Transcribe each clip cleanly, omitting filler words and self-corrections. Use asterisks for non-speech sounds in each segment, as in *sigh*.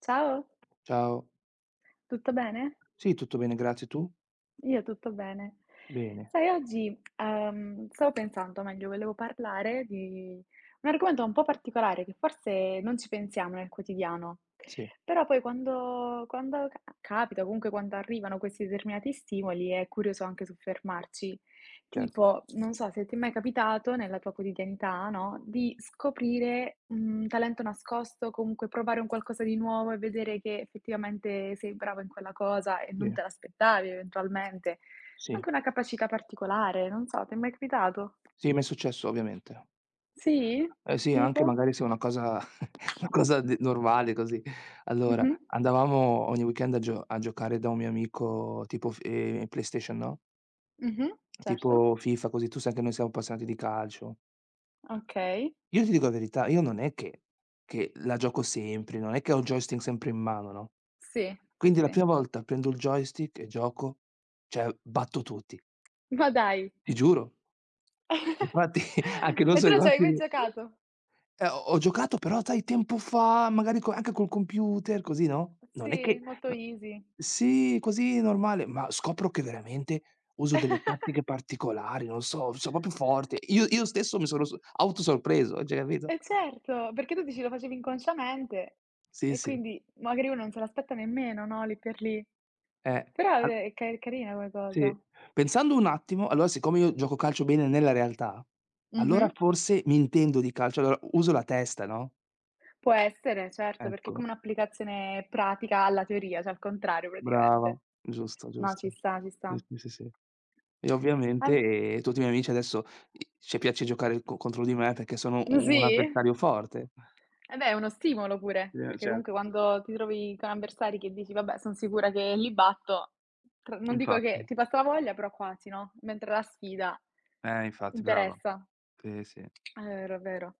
Ciao, Ciao. tutto bene? Sì, tutto bene, grazie. Tu? Io tutto bene. Bene, Sai, oggi, stavo pensando, o meglio, volevo parlare di un argomento un po' particolare che forse non ci pensiamo nel quotidiano, sì, però poi quando capita, comunque quando arrivano questi determinati stimoli, è curioso anche soffermarci. certo, Tipo, non so se ti è mai capitato nella tua quotidianità, no, di scoprire un talento nascosto, comunque provare un qualcosa di nuovo e vedere che effettivamente sei bravo in quella cosa e non bene, te l'aspettavi eventualmente. sì. Anche una capacità particolare, non so, ti è mai capitato? Sì, m'è successo ovviamente. Sì? Eh sì, anche Tipo? magari se è una cosa *laughs* una cosa d normale così. Allora, Mh-mh. andavamo ogni weekend a giocare da un mio amico tipo f PlayStation, no, Mh-mh. Certo. tipo FIFA così, tu sai che noi siamo appassionati di calcio. Okay. Io ti dico la verità, io non è che la gioco sempre, non è che ho il joystick sempre in mano, no, Sì, sì, quindi la sì. prima volta prendo il joystick e gioco, cioè batto tutti. Ma dai! Ti giuro. *laughs* Infatti *laughs* anche noi E tu siamo non ci avevi mai rimasti giocato? Ho giocato però sai tempo fa, magari co anche col computer, così, no, non è che Sì, molto n easy. sì, così normale, ma scopro che veramente uso delle *laughs* tattiche particolari, non so, sono proprio forte. Io stesso mi sono s autosorpreso, cioè capito? E certo, perché tu dici lo facevi inconsciamente Sì, e sì, quindi magari uno non se l'aspetta nemmeno, no, lì per lì. eh, Però al vabbè, è ca carina come sì. cosa. Pensando un attimo, allora siccome io gioco calcio bene nella realtà, allora Mh-mh. forse mi intendo di calcio, allora uso la testa, no, Può essere, certo, perché è ecco. come un'applicazione pratica alla teoria, cioè al contrario Brava, praticamente. giusto, No, ci giusto. sta, ci Sì, sta. sì, sì, sì. E An ovviamente tutti i miei amici adesso i ci piace giocare co contro di me perché sono u un sì? avversario forte. Eh beh, è uno stimolo pure, perché comunque Certo, quando ti trovi con avversari che dici: "Vabbè, son sicura che li batto", tr non dico che infatti. ti passa la voglia, però quasi, no, mentre la sfida Infatti, brava. interessa. Sì, sì. È vero, è vero.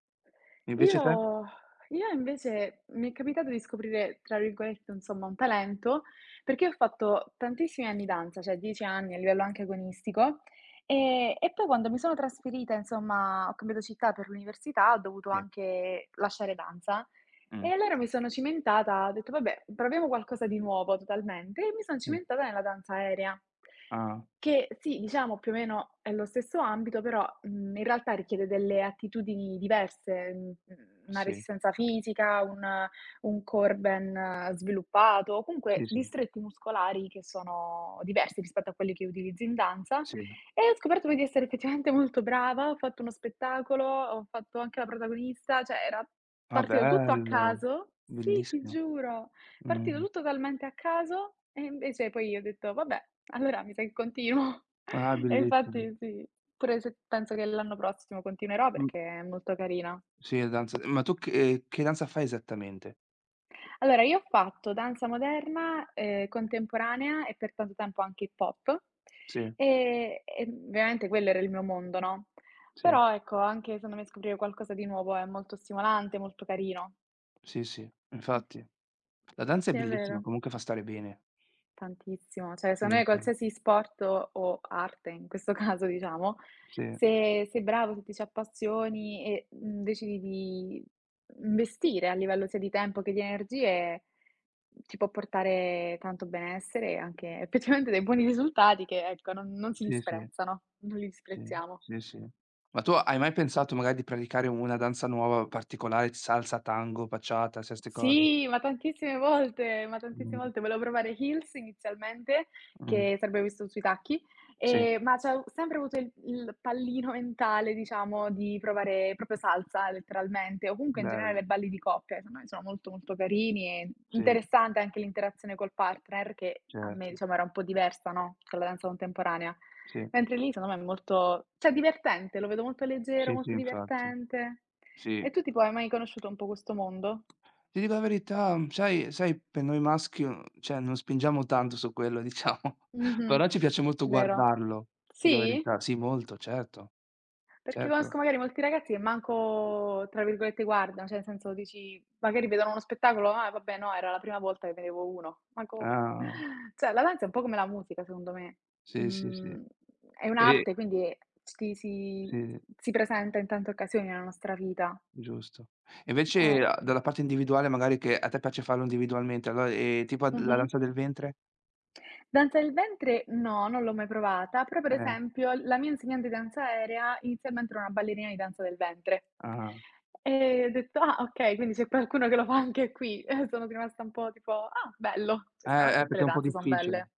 Invece te? Io io invece mi è capitato di "scoprire" tra virgolette, insomma, un talento, perché ho fatto tantissimi anni danza, cioè 10 anni a livello anche agonistico, e poi quando mi sono trasferita, insomma, ho cambiato città per l'università, ho dovuto Sì. anche lasciare danza e Mh. allora mi sono cimentata, ho detto: "Vabbè, proviamo qualcosa di nuovo totalmente", e mi son Sì. cimentata nella danza aerea, Ah, che sì, diciamo più o meno è lo stesso ambito, però, in realtà richiede delle attitudini diverse, una sì. resistenza fisica, un core ben sviluppato, Sì, comunque sì, distretti muscolari che sono diversi rispetto a quelli che utilizzo in danza, sì. e ho scoperto poi di essere effettivamente molto brava, ho fatto uno spettacolo, ho fatto anche la protagonista, cioè era. Ah, Partiva tutto a bello. caso, sì, ti Bellissimo. giuro, partiva Mh. tutto talmente a caso e invece poi io ho detto: "Vabbè, allora mi sa che continuo." Ah, *laughs* E bellissimo. infatti sì, pure se penso che l'anno prossimo continuerò Mh. perché è molto carina. Sì, danza ma tu che danza fai esattamente? Allora, io ho fatto danza moderna, contemporanea e per tanto tempo anche hip hop, Sì, e ovviamente quello era il mio mondo, no, sì. però ecco, anche secondo me scoprire qualcosa di nuovo è molto stimolante, molto carino. Sì, sì, infatti. La danza è Sì, è bellissima, vero. comunque fa stare bene. Tantissimo. Cioè, Sì, secondo me sì, qualsiasi sport o arte, in questo *laughs* caso diciamo, sì, se sei bravo, se ti ci appassioni e decidi di investire a livello sia di tempo che di energie, ti può portare tanto benessere e anche effettivamente dei buoni *laughs* risultati che ecco, non si sì, sì, disprezzano, non li sì, disprezziamo. sì, sì. Ma tu hai mai pensato magari di praticare una danza nuova particolare, salsa, tango, bachata, se 'ste cose? Sì, ma tantissime volte, ma tantissime Mh, volte. Volevo provare Heels inizialmente, mh, che sarebbe questo sui tacchi, sì, ma c'ho sempre avuto il pallino mentale, diciamo, di provare proprio salsa letteralmente, o comunque in generale bello, balli di coppia, secondo me sono molto, molto carini e sì, interessante anche l'interazione col partner che a me, certo, diciamo, era un po' diversa, no, con la danza contemporanea. sì, Mentre lì secondo me è molto cioè divertente, lo vedo molto leggero, sì, sì, molto infatti, divertente. E sì. tu tipo hai mai conosciuto un po' questo mondo? Ti dico la verità, sai per noi maschi, cioè non spingiamo tanto su quello diciamo, *laughs* Mh-mh. però ci piace molto Vero. guardarlo, ti dico la Sì? verità. Sì, molto, certo, Perché certo. conosco magari molti ragazzi che manco, tra virgolette, "guardano", cioè nel senso dici magari vedono uno spettacolo: "Ah vabbè no, era la prima volta che vedevo uno". Ma come? Ah, *laughs* Cioè la danza è un po' come la musica secondo me. sì, sì, sì. Mhmm, è E un'arte quindi ci sì, si presenta in tante occasioni nella nostra vita. giusto. E Eh. invece a dalla parte individuale magari che a te piace farlo individualmente, allora, tipo la Mh-mh. danza del ventre? Danza del ventre no, non l'ho mai provata, però per Eh, esempio la mia insegnante di danza aerea inizialmente era una ballerina di danza del ventre. ah. E ho detto: "Ah okay, quindi c'è qualcuno che lo fa anche qui." *laughs* E sono rimasta un po' tipo: "Ah bello." Cioè Eh, sicuramente tutte perché le è un po' danze son difficile. belle.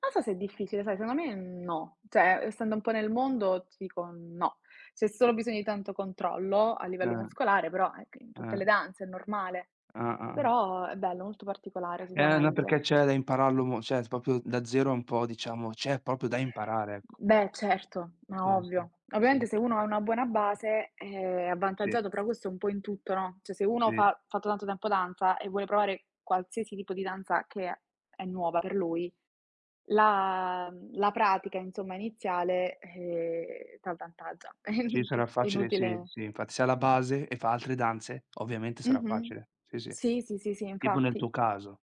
Non so se è difficile, sai, secondo me no, cioè essendo un po' nel mondo ti dico no. C'è solo bisogno di tanto controllo a livello Eh, muscolare, però ecco in tutte eh, le danze è normale. ah-ah. Però è bello, molto particolare No, sicuramente. perché c'è da impararlo mo cioè proprio da 0 è un po' diciamo c'è proprio da imparare, ecco. Beh, certo, Sì, ma sì, ovvio. Ovviamente sì, se uno ha una buona base è sì, avvantaggiato, però questo è un po' in tutto, no, cioè se uno sì. fa ha fatto tanto tempo danza e vuole provare qualsiasi tipo di danza che è nuova per lui, la la pratica insomma iniziale, t'avvantaggia. *laughs* Sì, sarà è facile, sì, inutile. sì, infatti se ha la base e fa altre danze, ovviamente sarà Mh-mh. facile. Sì, sì. Sì, sì, sì, sì, Tipo nel infatti. tuo caso.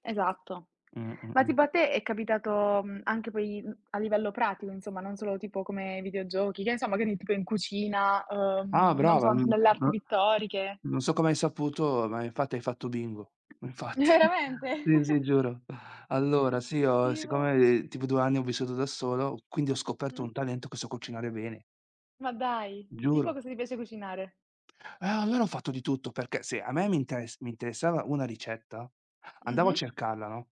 Esatto. Mh, mh, Ma mh. tipo a te è capitato, anche poi, a livello pratico insomma, non solo tipo come videogiochi, che ne so, magari tipo in cucina, Ah non lo brava, so, nelle no arti pittoriche? non so come hai saputo, ma infatti hai fatto bingo. *laughs* *laughs* Infatti. Veramente? Sì, sì, giuro. Allora sì, ho Tipo? siccome tipo 2 anni ho vissuto da solo, quindi ho scoperto Mh-mh. un talento che so cucinare bene, Ma dai, tipo giuro. cosa ti piace cucinare? Allora ho fatto di tutto, perché se a me mi interessava una ricetta, andavo a Mh-mh. cercarla, no,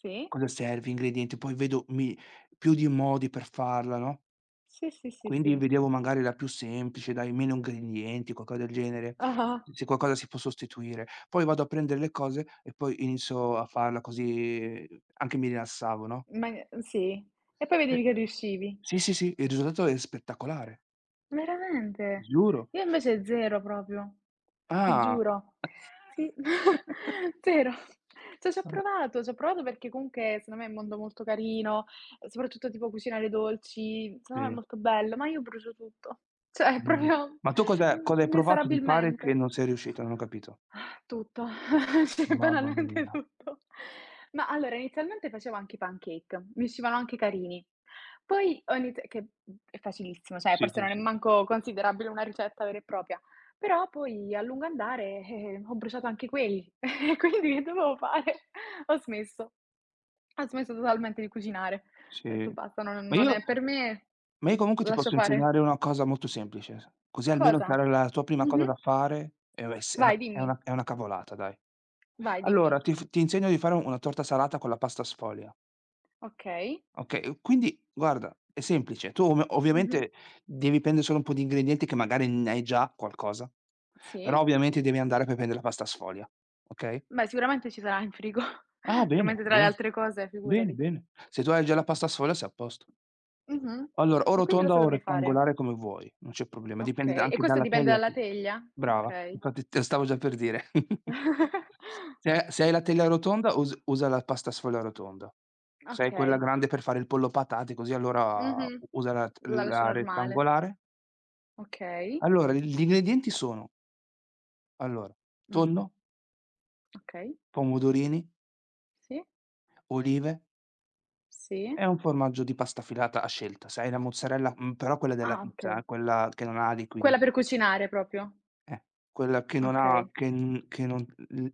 Sì. cosa serve, ingredienti, poi vedo mi più di modi per farla, no? Sì, sì, sì, Quindi sì. vedevo magari la più semplice, dai, meno ingredienti, qualcosa del genere, Ah-ah. se qualcosa si può sostituire. Poi vado a prendere le cose e poi inizio a farla così anche mi rilassavo, no. Ma sì. E poi E vedevi che riuscivi. sì, sì, sì, il risultato è spettacolare, Veramente? giuro. Io invece 0 proprio, ti Ah. giuro. Sì, *laughs* *laughs* 0. Cioè Ah, c'ho provato perché comunque secondo me è un mondo molto carino, soprattutto tipo cucinare dolci, secondo me è sì, molto bello, ma io brucio tutto. Cioè *laughs* mh. proprio Ma tu cos'è cosa n hai provato di fare che inesorabilmente. non sei riuscita? Non ho capito. Tutto, *laughs* sì, Mamma banalmente mia. tutto. Ma allora inizialmente facevo anche i pancake, mi uscivano anche carini. Poi ho iniz che è facilissimo, cioè Sì, forse sì, non è sì. manco considerabile una ricetta vera e propria, però poi a lungo andare, ho bruciato anche quelli, *laughs* e quindi che dovevo fare? Ho smesso, ho smesso totalmente di cucinare. Ho detto: Sì. "Basta, non Ma non io è per me, Ma io comunque ti lascio posso fare". insegnare una cosa molto semplice, s così almeno Cosa? sarà la tua prima cosa Mh-mh. da fare e vabbè s Vai, dimmi. È una cavolata dai. Vai, Allora dimmi. Ti insegno di fare una torta salata con la pasta sfoglia, Okay. okay, quindi guarda è semplice. Tu ov Mh-mh. ovviamente devi prendere solo un po' di ingredienti che magari ne hai già qualcosa, però Sì. ovviamente devi andare per prendere la pasta sfoglia, okay? Beh, sicuramente ci sarà in frigo. Ah *laughs* bene, Sicuramente tra le bene. altre cose, Bene, figurati. bene. Se tu hai già la pasta sfoglia sei a posto. Mh-mh. Allora, o E quindi rotonda cosa o dovrei fare? rettangolare come vuoi, non c'è problema, dipende da Okay. E anche questo dalla dipende teglia dalla che teglia? brava, Okay. infatti te lo stavo già per dire. *laughs* *laughs* Se hai la teglia rotonda us usa la pasta sfoglia rotonda. Se hai quella Okay. grande per fare il pollo patate così allora Mh-mh. usa La la lascio normale. rettangolare. Okay. Allora gli ingredienti sono: allora, Mh. tonno, Okay. pomodorini, Sì, olive sì. e un formaggio di pasta filata a scelta. Se hai la mozzarella, però quella della Ah, pizza okay. Quella che non ha liquidi. Quella per cucinare proprio? Eh, quella che non ha Okay. che n che non l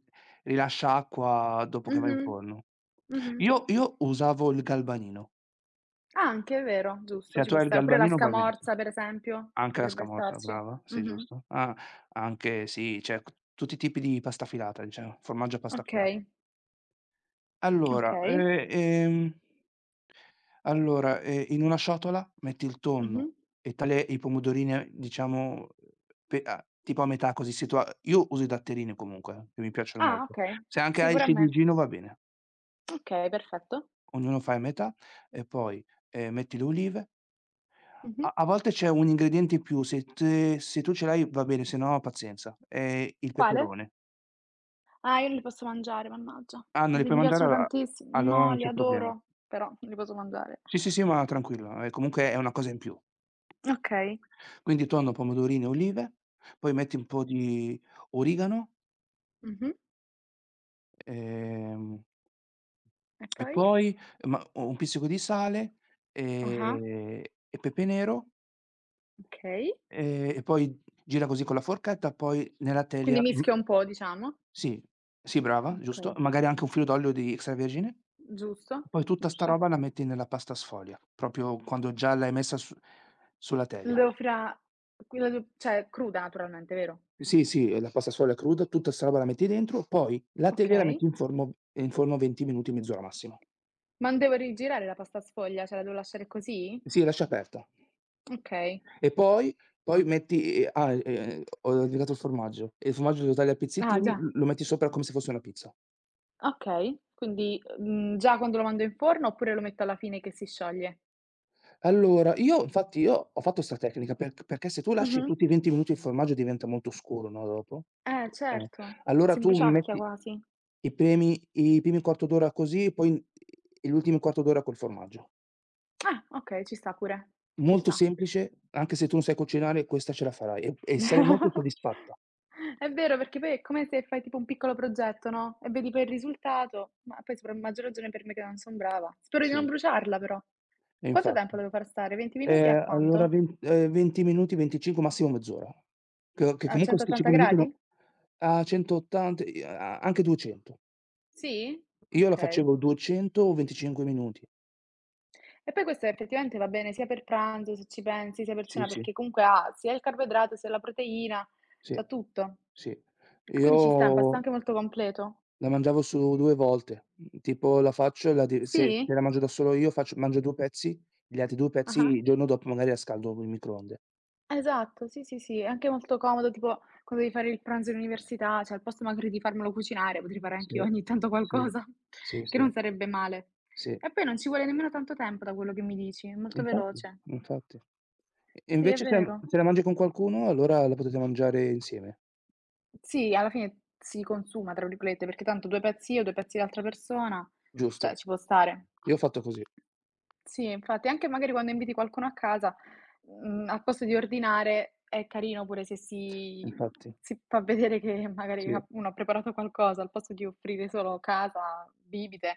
rilascia acqua dopo che va in Mh-mh. forno. Mh-mh. Io usavo il galvanino. Ah, anche, è vero, giusto, Se ci tu può hai il stare. Oppure la galvanino va benissimo. scamorza, per esempio, Anche la potrebbe scamorza, starci. brava, sì Mh-mh. giusto. Ah, anche sì, cioè tutti i tipi di pasta filata, diciamo, formaggio a pasta filata. Okay, Allora, okay. Allora, in una ciotola metti il Mh-mh. tonno e tagli i pomodorini a diciamo pe a tipo a metà così se tu ha io uso i datterini comunque, che mi piacciono Ah, molto. okay. Se anche Sì, hai il pure a me. ciliegino va bene, Okay, perfetto. ognuno fa a metà e poi, metti le olive. Mh-mh. A volte c'è un ingrediente in più, se te se tu ce l'hai va bene, se no pazienza. Il Quale? peperone. Ah, io non li posso mangiare, mannaggia. Ah, non li Li puoi mi mangiare? piacciono Allora tantissi allora no, non li c'è problema. adoro, però non li posso mangiare. Sì, sì, sì, ma tranquillo, comunque è una cosa in più. Okay. Quindi tonno, pomodorini e olive, poi metti un po' di origano, Mh-mh. ehm E e poi? poi u un pizzico di sale, Ah-ah, ehm, e pepe nero, okay. E poi gira così con la forchetta, poi nella Quindi teglia mischio un po' diciamo. sì, sì brava, giusto, Okay, magari anche un filo d'olio di extravergine, giusto, poi tutta 'sta giusto. roba la metti nella pasta sfoglia, proprio quando già l'hai messa su sulla Lo teglia. Devo fra quella d cioè cruda naturalmente, vero? Sì, sì, la pasta sfoglia cruda, tutta 'sta roba la metti dentro, poi la teglia la metti Okay. In forno 20 minuti, mezz'ora massimo. Ma non devo rigirare la pasta sfoglia, cioè la devo lasciare così? Sì, lasci aperta. Okay. E poi metti ho dimenticato il formaggio. E il formaggio lo tagli a Ah pizzettini, già, l lo metti sopra come se fosse una pizza. okay. Quindi, già quando lo mando in forno oppure lo metto alla fine che si scioglie? Allora, io infatti io ho fatto 'sta tecnica perché se tu lasci Mh-mh. tutti i 20 minuti il formaggio diventa molto scuro, no, dopo. Eh, Certo, allora si tu bruciacchia metti quasi. I primi quarto d'ora così, poi l'ultimo quarto d'ora col formaggio. Ah, okay, ci sta pure, ci Molto sta. semplice, anche se tu non sai cucinare questa ce la farai e sarei molto *laughs* soddisfatta. È vero, perché poi è come se fai tipo un piccolo progetto, no, e vedi poi il risultato, ma poi sopra a maggior ragione per me che non son brava. Spero di non Sì. bruciarla però. E Quanto tempo infatti. la devo far stare? 20 minuti a Allora quanto? ven 20 minuti, 25, massimo mezz'ora. Che A comunque sti 180 5 minuti no gradi? a 180 i a anche 200. Sì? Io la Okay. facevo 200 o 25 minuti. E poi questo effettivamente va bene sia per pranzo, se ci pensi, sia per Sì, cena, sì, perché comunque ha sia il carboidrato, sia la proteina, sì, c'ha tutto. sì. Quindi ci sta, è un pasto Io anche molto completo. la mangiavo su 2 volte, tipo la faccio e la di se Sì? La mangio da solo io faccio mangio 2 pezzi, gli altri 2 pezzi Ah-ah. il giorno dopo magari la scaldo in microonde. Esatto, sì, sì, sì, è anche molto comodo, tipo quando devi fare il pranzo in università, cioè al posto magari di farmelo cucinare, potrei fare Sì, anch'io ogni tanto sì, qualcosa, sì, *laughs* che sì, non sarebbe male. sì. E poi non ci vuole nemmeno tanto tempo da quello che mi dici, è molto Infatti, veloce. infatti. E Sì, è invece se vero. La mangi con qualcuno allora la potete mangiare insieme, Sì, alla fine si "consuma" tra virgolette, perché tanto 2 pezzi io, 2 pezzi l'altra persona, cioè giusto? ci può stare. Io ho fatto così, Sì, infatti anche magari quando inviti qualcuno a casa, al posto di ordinare è carino pure se infatti. si fa vedere che magari Sì, ha uno ha preparato qualcosa, al posto di offrire solo casa, bibite,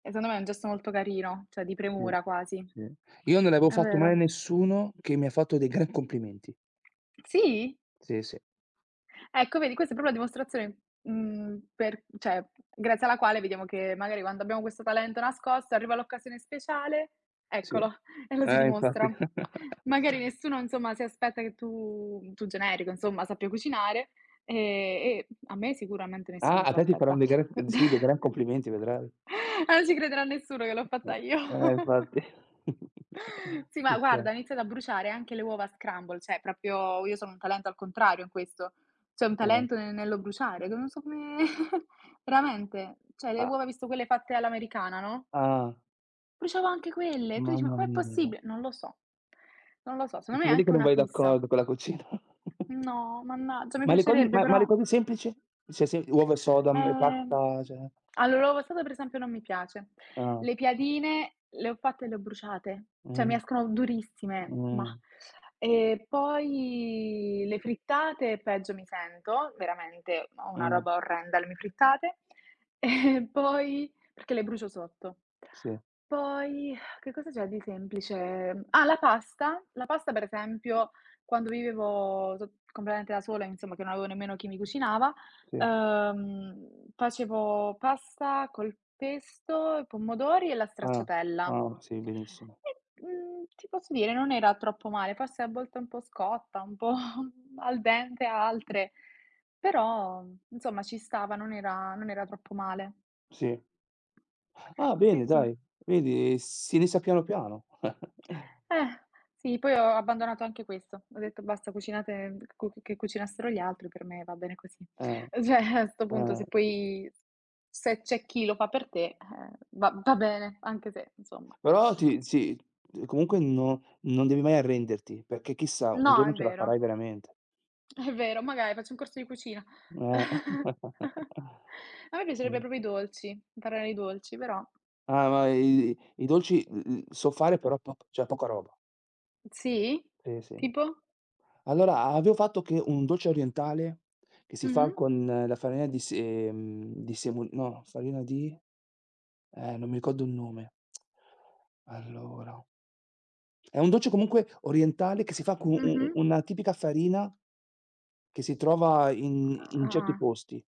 e secondo me è un gesto molto carino, cioè di sì, premura quasi. sì. Io non avevo È fatto mai a vero. nessuno che mi ha fatto dei gran complimenti. Sì? Sì, sì, Ecco vedi, questa è proprio la dimostrazione, mhmm, per cioè grazie alla quale vediamo che magari quando abbiamo questo talento nascosto, arriva l'occasione speciale, sì. eccolo, *laughs* e lo si Infatti. dimostra. *laughs* Magari nessuno insomma si aspetta che tu generico insomma, sappia cucinare, e a me sicuramente Ah, nessuno a se lo te ti faranno aspetta. dei gran sì, dei gran *laughs* complimenti vedrai. Non ci crederà nessuno che l'ho fatta io. Infatti. *laughs* Sì, ma Ci sta, guarda, ho iniziato a bruciare anche le uova scramble, cioè proprio io sono un talento al contrario in questo. C'è un eh. talento ne nello bruciare, che non so come *laughs* veramente, cioè le Ah, uova, visto quelle fatte all'americana, no, ah. bruciavo anche quelle. Tu dici: "Ma Mamma com'è mia, possibile?" Non lo so. Non lo so, si secondo me è vede che anche non una vai fissa. d'accordo con la cucina. *laughs* No, mannaggia, mi Ma le cose piacerebbe ma ma però. le cose semplici? Cioè se uova e soda, e Ehm, pasta, cioè all'uovo passato per esempio non mi piace. ah, Le piadine le ho fatte e le ho bruciate, cioè mi mh, escono durissime, mh, mah. E poi le frittate peggio mi sento, veramente ho una mh, roba orrenda le mie frittate. *laughs* E poi perché le brucio sotto. sì, Poi che cosa c'è di semplice? Ah, la pasta. La pasta per esempio quando vivevo so completamente da sola, insomma che non avevo nemmeno chi mi cucinava, sì, facevo pasta col pesto, i pomodori e la ah, stracciatella. ah, sì, benissimo. E, ti posso dire non era troppo male, forse a volte un po' scotta, un po' *laughs* al dente altre, però insomma ci stava, non era troppo male. Sì. Ah, Sì, bene sì. dai, vedi si inizia piano piano. *laughs* Eh, sì, poi ho abbandonato anche questo. Ho detto: "Basta, cucinate cu che cucinassero gli altri, per me va bene così". Eh, *laughs* Cioè, a 'sto punto eh. se poi se c'è chi lo fa per te, va bene, anche se insomma. Però ti sì, comunque no non devi mai arrenderti, perché chissà, un No, giorno ce la farai veramente. è vero, magari faccio un corso di cucina. Eh. *laughs* *laughs* A me piacerebbe Sì. proprio i dolci, imparare i dolci, però Ah, ma i dolci, so fare però po cioè poca roba. sì? Sì, sì. Tipo? Allora avevo fatto che un dolce orientale che si Mh-mh, fa con la farina di se di semu no, farina di non mi ricordo il nome. Allora, è un dolce comunque orientale che si fa con u u mh-mh. una tipica farina che si trova in certi Ah-ah. posti.